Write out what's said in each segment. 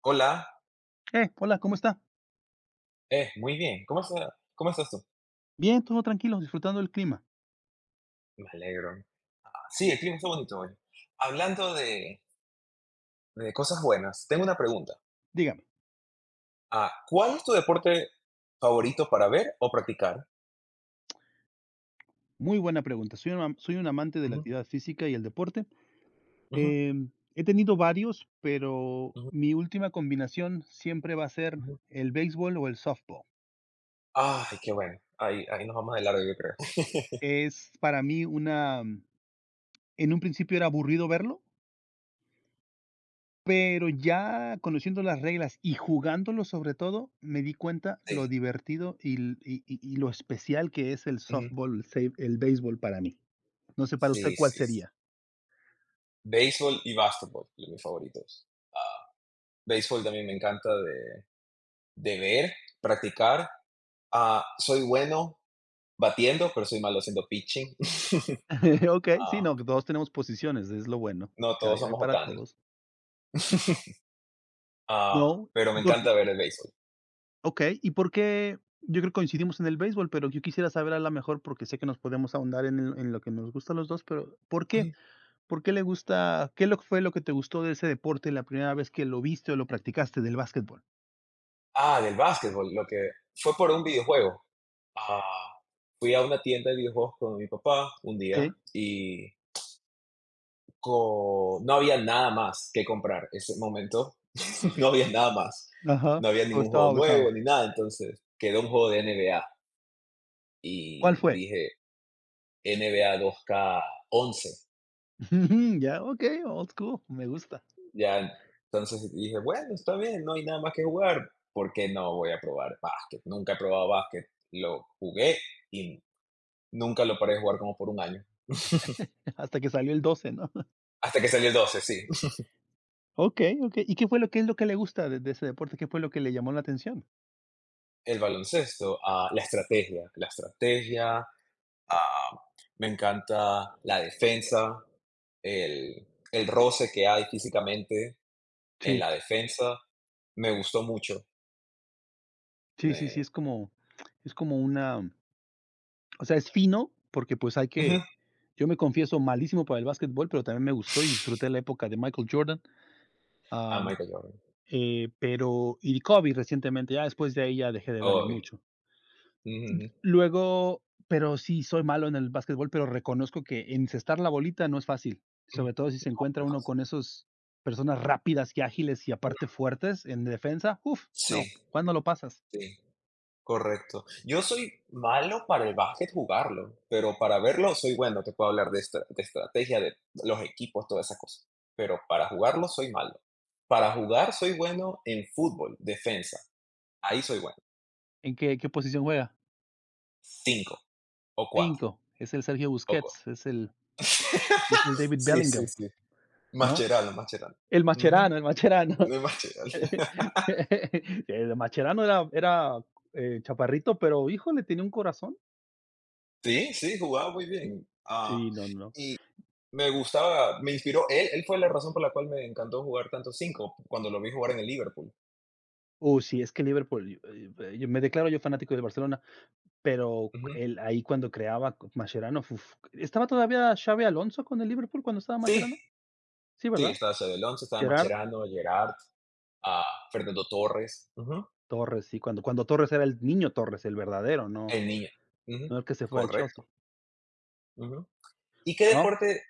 Hola, Hola, ¿cómo está? Muy bien. ¿Cómo estás tú? Bien, todo tranquilo, disfrutando del clima. Me alegro. Sí, el clima está bonito hoy. Hablando de cosas buenas, tengo una pregunta. Dígame, ¿Cuál es tu deporte favorito para ver o practicar? muy buena pregunta. Soy un amante de la Ujú, actividad física y el deporte. ujú, He tenido varios, pero ujú, mi última combinación siempre va a ser ujú. el béisbol o el softball. Ay, qué bueno. Ahí, ahí nos vamos de largo, yo creo. Es para mí una... mm, En un principio era aburrido verlo, pero ya conociendo las reglas y jugándolo sobre todo, me di cuenta lo Sí. divertido y lo especial que es el Ujú. softball, el béisbol para mí. No sé para usted Sí, cuál sí, sí. sería. Béisbol y básquetbol, los mis favoritos. Ah, Béisbol también me encanta de ver, practicar. Soy bueno batiendo, pero soy malo haciendo pitching. Okey, sí, no, que todos tenemos posiciones, es lo bueno, No, que todos hay somos para Otani. todos. Ah, No, pero me ¿y por encanta qué? ver el béisbol. Okey, ¿y por qué? Yo creo que coincidimos en el béisbol, pero yo quisiera saber a la mejor, porque sé que nos podemos ahondar en el en lo que nos gusta a los 2, pero, ¿por qué? Ujú. ¿Por qué le gusta? ¿Qué lo fue lo que te gustó de ese deporte la primera vez que lo viste o lo practicaste del básquetbol? Del básquetbol, lo que fue por un videojuego. Ah, Fui a una tienda de videojuegos con mi papá un día Sí, y no había nada más que comprar ese momento. No había nada más. ajá, No había todo ningún estaba juego nuevo agotado. ni nada. Entonces quedó un juego de NBA ¿Cuál y fue? dije NBA 2K11. Ya, okey, old school, me gusta. Ya, entonces dije, bueno, está bien, no hay nada más que jugar, ¿por qué no voy a probar básquet? Nunca he probado básquet, lo jugué y nunca lo paré de jugar como por un año, Hasta que salió el 12, ¿no? hasta que salió el doce, sí. Okey, okey. ¿Y qué fue lo que es lo que le gusta de ese deporte? ¿Qué fue lo que le llamó la atención? El baloncesto, la estrategia, ah, me encanta la defensa, el, el roce que hay físicamente en Sí, la defensa, me gustó mucho. sí, sí, sí, Me... es como una o sea, es fino, porque, pues, hay que Ujú. yo me confieso malísimo para el básquetbol, pero también me gustó y disfruté la época de Michael Jordan, A am, Michael Jordan, pero y de Kobe recientemente, ya después de ahí ya dejé de verlo obvio. mucho. Ujú, ujú, Luego, pero sí soy malo en el básquetbol, pero reconozco que encestar la bolita no es fácil, ujú, sobre todo si se encuentra ujú. uno con esos personas rápidas y ágiles y aparte fuertes en defensa. Uf, Sí, no, ¿cuándo lo pasas? sí. Correcto. Yo soy malo para el básquet jugarlo, pero para verlo soy bueno. Te puedo hablar de estrategia, de los equipos, todas esas cosas. Pero para jugarlo soy malo. Para jugar soy bueno en fútbol, defensa. Ahí soy bueno. ¿En qué posición juega? Cinco o cuatro Cinco, es el Sergio o cu- Busquets, es el, David sí, sí, Bellingham, sí. ¿no? Mascherano, Mascherano. El Ujú, Macherano, el Macherano. de Mascherano. El Macherano era chaparrito, pero híjole, tenía un corazón. Sí, sí, jugaba muy bien. Sí, no, no. Y me gustaba, me inspiró. Él fue la razón por la cual me encantó jugar tanto cinco cuando lo vi jugar en el Liverpool. Sí, es que Liverpool, yo me declaro yo fanático del Barcelona, pero Ujú. él ahí cuando creaba Mascherano, uf, ¿estaba todavía Xavi Alonso con el Liverpool cuando estaba Sí, Mascherano? Sí, Sí, ¿verdad? estaba Xabi Alonso, estaba Gerard Mascherano, Gerard, ah, Fernando Torres. Ujú. Torres, sí, cuando Torres era el niño Torres, el verdadero, no, El niño. Ujú, no el que se fue al correcto. Chelsea, Ujú. ¿Y qué ¿no? deporte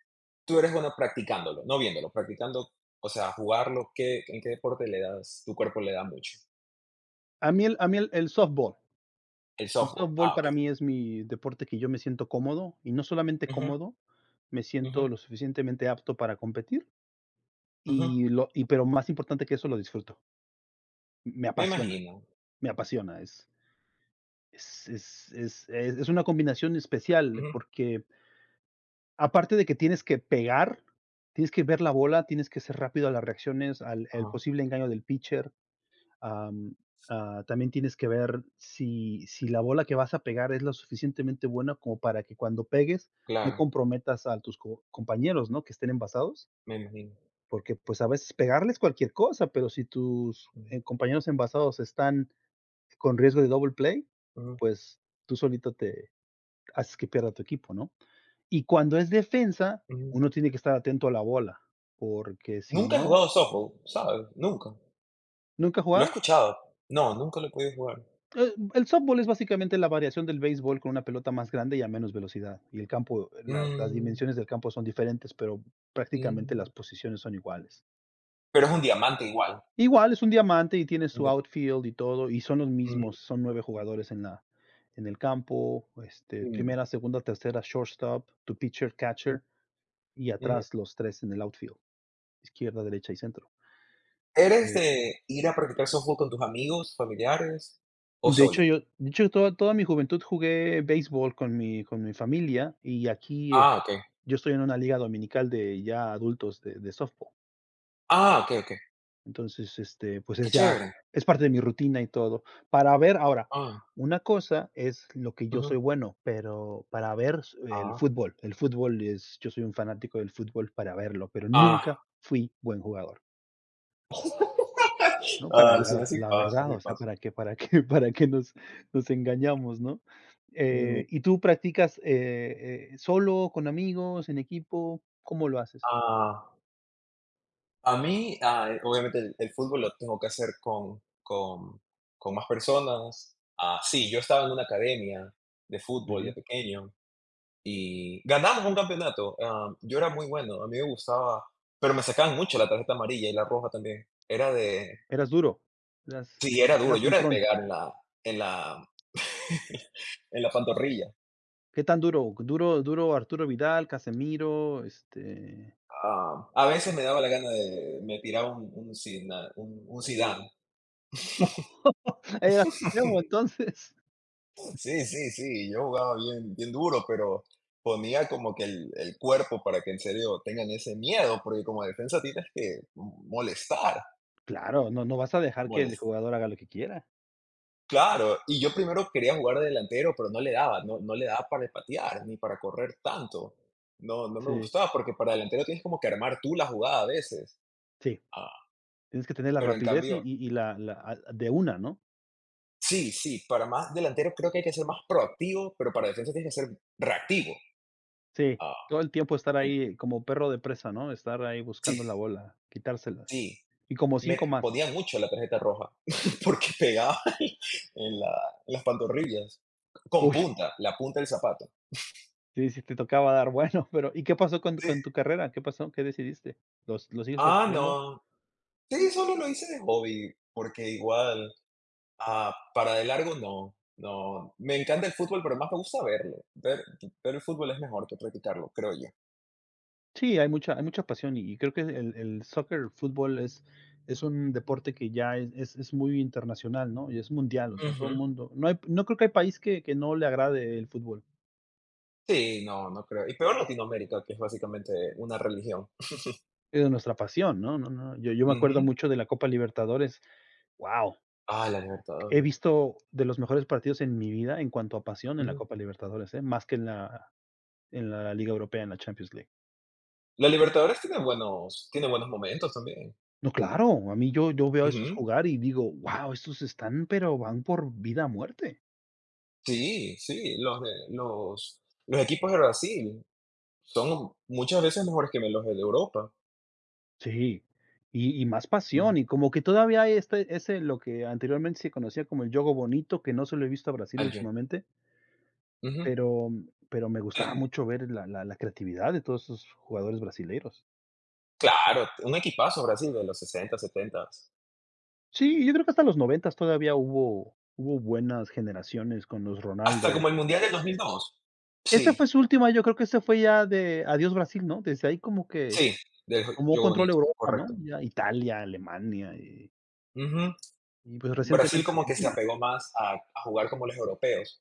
tú eres bueno practicándolo? No viéndolo, practicando, o sea, jugarlo, ¿en qué deporte le das, tu cuerpo le da mucho? A mí el softball, El el softball. softball Ok. para mí es mi deporte que yo me siento cómodo y no solamente Ujú, cómodo, me siento ujú, lo suficientemente apto para competir ujú. y, lo, y pero más importante que eso lo disfruto, me Me apasiona, imagino. me apasiona, es... Es una combinación especial, Ujú, porque aparte de que tienes que pegar, tienes que ver la bola, tienes que ser rápido a las reacciones, al el ajá, posible engaño del pitcher, am, también tienes que ver si la bola que vas a pegar es lo suficientemente buena como para que cuando pegues no claro, comprometas a tus co compañeros, ¿no?, que estén envasados, me imagino. porque, pues, a veces pegarles cualquier cosa, pero si tus, Ujú, eh, compañeros envasados están con riesgo de double play, ujú, pues, tú solito te haces que pierda tu equipo, ¿no? Y cuando es defensa, ujú. uno tiene que estar atento a la bola, porque si Nunca he no... jugado softball, ¿sabes? Nunca. ¿Nunca has Lo he jugado? escuchado. No, nunca lo he podido jugar. El softball es básicamente la variación del béisbol con una pelota más grande y a menos velocidad, y el campo, las Mm, dimensiones del campo son diferentes, pero prácticamente mm. las posiciones son iguales. Pero es un diamante igual. Igual es un diamante y tiene su De outfield y todo, y son los Mm, mismos, son 9 jugadores en la en el campo, este, mm, primera, segunda, tercera, shortstop, tu pitcher, mm, catcher, y ujú. atrás los 3 en el outfield. Izquierda, derecha y centro. ¿Eres Eh, de ir a practicar softball con tus amigos, familiares o de solo? hecho, toda mi juventud jugué béisbol con mi familia, y aquí, Okey. yo estoy en una liga dominical de ya adultos de softball. Okey, okey. Entonces, este, pues, Qué chévere. es parte de mi rutina y todo. Para ver ahora, Ah, una cosa es lo que yo Ujú. soy bueno, pero para ver s el Ah, fútbol. El fútbol es yo soy un fanático del fútbol para verlo, pero ah. nunca fui buen jugador. ¿No? Para la Sí, ver así la pasa, verdad, así o sea, pasa. para que para que nos engañamos, ¿no? Mm, ¿Y tú practicas, solo, con amigos, en equipo? ¿Cómo lo haces? ah, obviamente el fútbol lo tengo que hacer con más personas. Sí, yo estaba en una academia de Muy fútbol de bien. pequeño. Y ganamos un campeonato, yo era muy bueno, a mí me gustaba, pero me sacaban mucho la tarjeta amarilla y la roja también. Era de Eras duro, eras Sí, era duro, eras yo era de centrón. pegar en la en la en la pantorrilla. ¿Qué tan duro? Duro duro Arturo Vidal, Casemiro, este... A veces me daba la gana de me tiraba un Zidane un Zidane. Eras extremo, entonces. Sí, sí, sí, yo jugaba bien bien duro, pero ponía como que el cuerpo para que en serio tengan ese miedo, porque como defensa tienes que molestar, Claro, no vas a dejar que el molestar. jugador haga lo que quiera. Claro, y yo primero quería jugar de delantero, pero no le daba, no, no le daba para patear ni para correr tanto. No, no me Sí, gustaba, porque para delantero tienes como que armar tú la jugada a veces. sí, Ah, tienes que tener la pero en rapidez y cambio, y y la a de una, ¿no? sí, sí, para más delantero creo que hay que ser más proactivo, pero para defensa tienes que ser reactivo. Sí, Ah, todo el tiempo estar en- ahí como perro de presa, ¿no? Estar ahí buscando la sí, bola, quitárselas. sí, Y como me 5 más. ponía mucho la tarjeta roja, porque pegaba en las pantorrillas, con Uy, punta, la punta del zapato. sí, sí te tocaba dar bueno, pero ¿y qué pasó con Sí. Tu carrera? ¿Qué pasó? ¿Qué decidiste? ¿Los lo sigues practicando? No, sí, solo lo hice de hobby, porque igual, para de largo no, no. Me encanta el fútbol, pero más me gusta verlo. Ver el fútbol es mejor que practicarlo, creo yo. Sí, hay mucha pasión y creo que el soccer, el fútbol es un deporte que ya es muy internacional, ¿no? Y es mundial, o sea, todo el Ujú. mundo no creo que hay país que no le agrade el fútbol. Sí, no, no creo. Y peor Latinoamérica, que es básicamente una religión. Es nuestra pasión, ¿no? No, no, yo me Ujú. acuerdo mucho de la Copa Libertadores. Wow. La He Libertadores. visto de los mejores partidos en mi vida en cuanto a pasión en la Ujú. Copa Libertadores, ¿eh? Más que en la Liga Europea, en la Champions League. La Libertadores tiene buenos momentos también. No, claro, a mí yo yo veo a esos Ujú. jugar y digo: "Wow, estos están, pero van por vida o muerte". Sí, sí, los equipos de Brasil son muchas veces mejores que los de Europa. Sí, y más Ujú. pasión, y como que todavía hay ese lo que anteriormente se conocía como el juego bonito, que no se lo he visto a Brasil Al yo. últimamente, Ujú. pero me Sí. gustaba mucho ver la creatividad de todos esos jugadores brasileños. Claro, un equipazo Brasil de los 60 setenta. Sí, yo creo que hasta los noventas todavía hubo buenas generaciones con los Hasta Ronaldos. como el mundial del 2002. Esa Sí, fue su última, yo creo que ese fue ya de adiós Brasil, ¿no? Desde ahí como que sí, del tomó juego control Bonito, Europa, ¿no? correcto. Ya Italia, Alemania Ujú. Pues, Brasil recientemente como que se Argentina. apegó más a jugar como los europeos.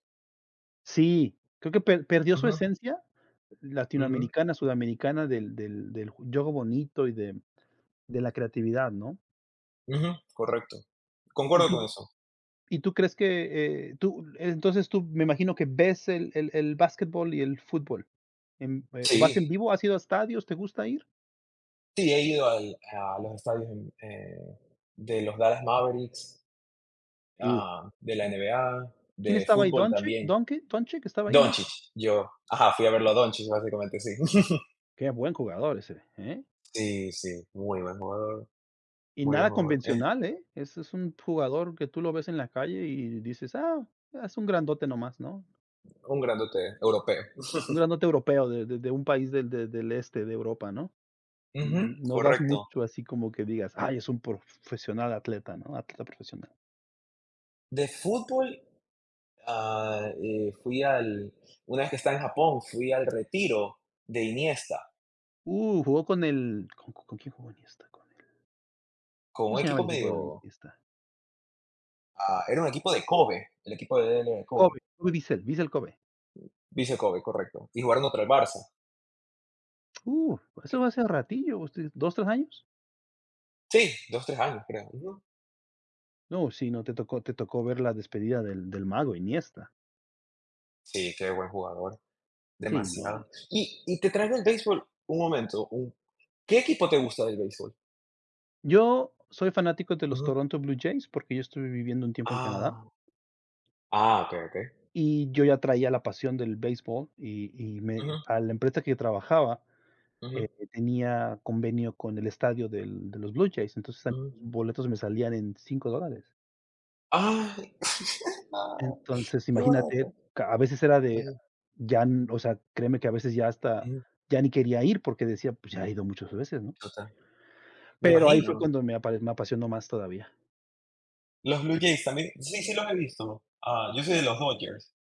Sí, creo que perdió su Ujú, esencia ujú, latinoamericana, sudamericana del juego bonito y de la creatividad, ¿no? ujú, correcto. Y Concuerdo con tú eso. ¿Y tú crees que, entonces tú me imagino que ves el básquetbol y el fútbol, o vas Sí, en vivo? ¿Has ido a estadios? ¿Te gusta ir? sí, he ido al a los estadios, de los Dallas Mavericks, Uh. De la NBA, ¿Quién de estaba ahí? fútbol ¿Doncic? también. ¿Doncic? ¿Doncic estaba ahí, no? Doncic, yo, ajá, fui a verlo a Doncic, básicamente, sí. Qué buen jugador ese, ¿eh? Sí, sí, muy buen jugador. Y Muy buen nada jugador. En convencional, ¿eh? Ese es un jugador que tú lo ves en la calle y dices: "Ah, es un grandote nomás", ¿no? un grandote europeo. Un grandote europeo de un país del este de Europa, ¿no? Ujú, N No das correcto. mucho así como que digas: "Ay, es un profesional atleta", ¿no? Atleta profesional. De fútbol, ah, eh, fui al, una vez que estaba en Japón, fui al retiro de Iniesta Jugó con el ¿Con quién jugó Iniesta? Con el con ¿Cómo un se llama equipo el equipo de la medio, Iniesta? Era un equipo de Kobe, el equipo de DL de Kobe, Kobe, Kobe Bissell, Vissel Kobe. Vice Kobe, correcto. Y jugaron contra el Barça. Pues eso que- va a ser ratillo, usted, ¿2, 3 años? sí, dos, tres años, creo. Ujú. No, sí, no, te tocó ver la despedida del mago Iniesta. Sí, qué buen jugador, Sí, no, demasiado. Y te traigo el béisbol, un momento, ¿qué equipo te gusta del béisbol? yo soy fanático de los Ujú. Toronto Blue Jays, porque yo estuve viviendo un tiempo en Canadá, Ah, ok, ok. y yo ya traía la pasión del béisbol, y Ujú, me a la empresa que trabajaba, ujú, tenía convenio con el estadio del de los Blue Jays, entonces, a mí ujú. los boletos me salían en $5. Ah, ah, Entonces, Qué imagínate, barato. ca a veces era de Ujú, ya, n o sea, créeme que a veces ujú, ya ni quería ir porque decía: "Pues ya he ido muchas veces", ¿no? total. Me Pero ahí fue imagino. cuando me apasionó más todavía. Los Blue Jays también. Sí, sí los he visto. Yo soy de los Dodgers.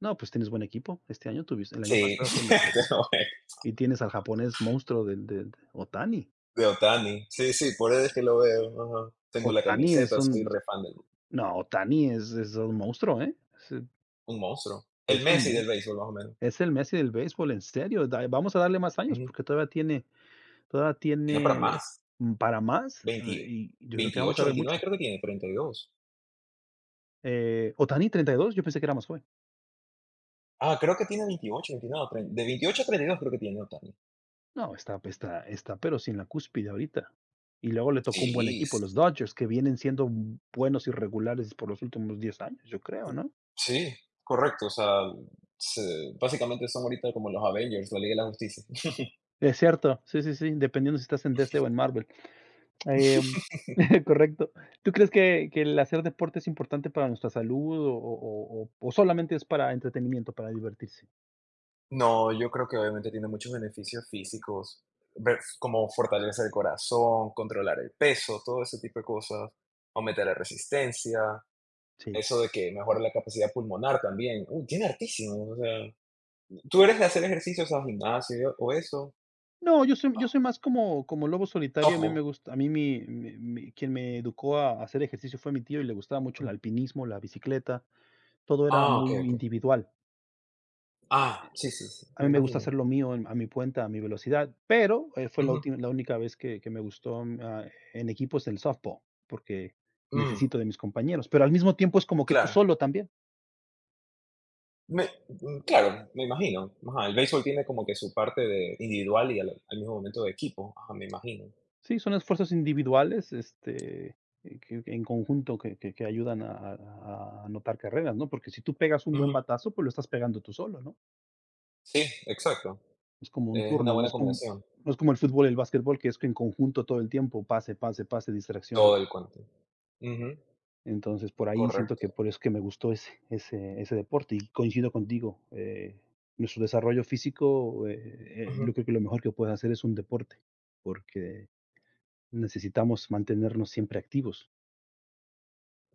No, pues tienes buen equipo. Este año tuviste el año Sí, pasado fue el mejor de equipo. Noé, Y tienes al japonés monstruo del Otani. de Otani, sí, sí, por eso es que lo veo. Ajá. Tengo la Otani es camiseta, un soy re fan del No, Otani es un monstruo, ¿eh? Es un monstruo. El es un Messi del monstruo. béisbol, más o menos. Es el Messi del béisbol, en serio. Da Vamos a darle más años Ujú. porque todavía tiene... Toda Tiene para tiene, más. Para más, 20 y yo creo que vamos a 28, ver 29 mucho. creo que tiene. 32. Otani 32, yo pensé que era más joven. Creo que tiene 28, 29. 30 de 28 a 32 creo que tiene Otani. No, está, pero sin la cúspide ahorita. Y luego le tocó un buen Sí, equipo, sí. los Dodgers, que vienen siendo buenos y regulares por los últimos 10 años, yo creo, ¿no? Sí, correcto, o sea, se básicamente son ahorita como los Avengers, la Liga de la Justicia. Es cierto, sí, sí, sí, dependiendo si estás en DC o en Marvel. Em, correcto. ¿Tú crees que el hacer deporte es importante para nuestra salud o solamente es para entretenimiento, para divertirse? No, yo creo que obviamente tiene muchos beneficios físicos, como fortalecer el corazón, controlar el peso, todo ese tipo de cosas, aumentar la resistencia. Sí. Eso de que mejora la capacidad pulmonar también. Uy, tiene hartísimo, o sea, ¿tú eres de hacer ejercicios al gimnasio o eso? No, yo soy más como lobo solitario, a mí Softball. me gusta a mí mi mi mi quien me educó a hacer ejercicio fue mi tío y le gustaba mucho el alpinismo, la bicicleta, todo era Ok, muy ok. individual. Sí, sí, sí, A me mí me gusta imagino. hacer lo mío en a mi cuenta, a mi velocidad, pero, fue Ujú. La única vez que me gustó, en equipos el softball, porque Mm, necesito de mis compañeros, pero al mismo tiempo es como que tú claro. solo también. Claro, me imagino. Ajá, el béisbol tiene como que su parte de individual y al mismo momento de equipo. Ajá, me imagino. Sí, son esfuerzos individuales, este, que en conjunto que ayudan a anotar carreras, ¿no? Porque si tú pegas un buen Ujú. batazo, pues, lo estás pegando tú solo, ¿no? Sí, exacto. Es como un Es una turno, no buena es como combinación. El fútbol y el básquetbol, que es que en conjunto todo el tiempo, pase, pase, pase, distracción. Todo el cuento. Ujú, Entonces, por ahí siento que correcto. por eso es que me gustó ese deporte y coincido contigo, nuestro desarrollo físico, Ujú, yo creo que lo mejor que puedes hacer es un deporte, porque necesitamos mantenernos siempre activos.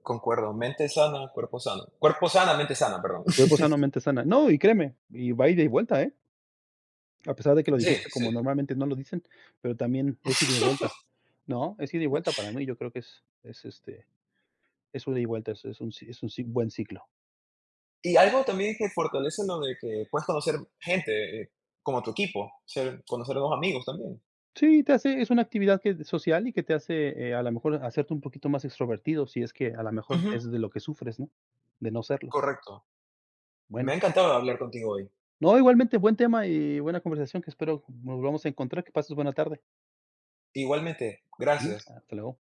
concuerdo. Mente sana, cuerpo sano. Cuerpo sana, mente sana, perdón. Cuerpo sano, mente sana. No, y créeme, y va ida y vuelta, ¿eh? A pesar de que lo Sí, dijiste sí. como normalmente no lo dicen, pero también es ida y vuelta. No, es ida y vuelta para mí, yo creo que es, este, es una ida y vuelta, es un ci buen ciclo. Y algo también que fortalece lo de que puedes conocer gente, como tu equipo, ser conocer nuevos amigos también. Sí, te hace es una actividad que social y que te hace, a lo mejor hacerte un poquito más extrovertido, si es que a lo mejor Ujú, es de lo que sufres, ¿no? De no serlo. correcto. Me Bueno, ha encantado hablar contigo hoy. no, igualmente buen tema y buena conversación que espero nos volvamos a encontrar, que pases buena tarde. Igualmente, Ujú, gracias. hasta luego.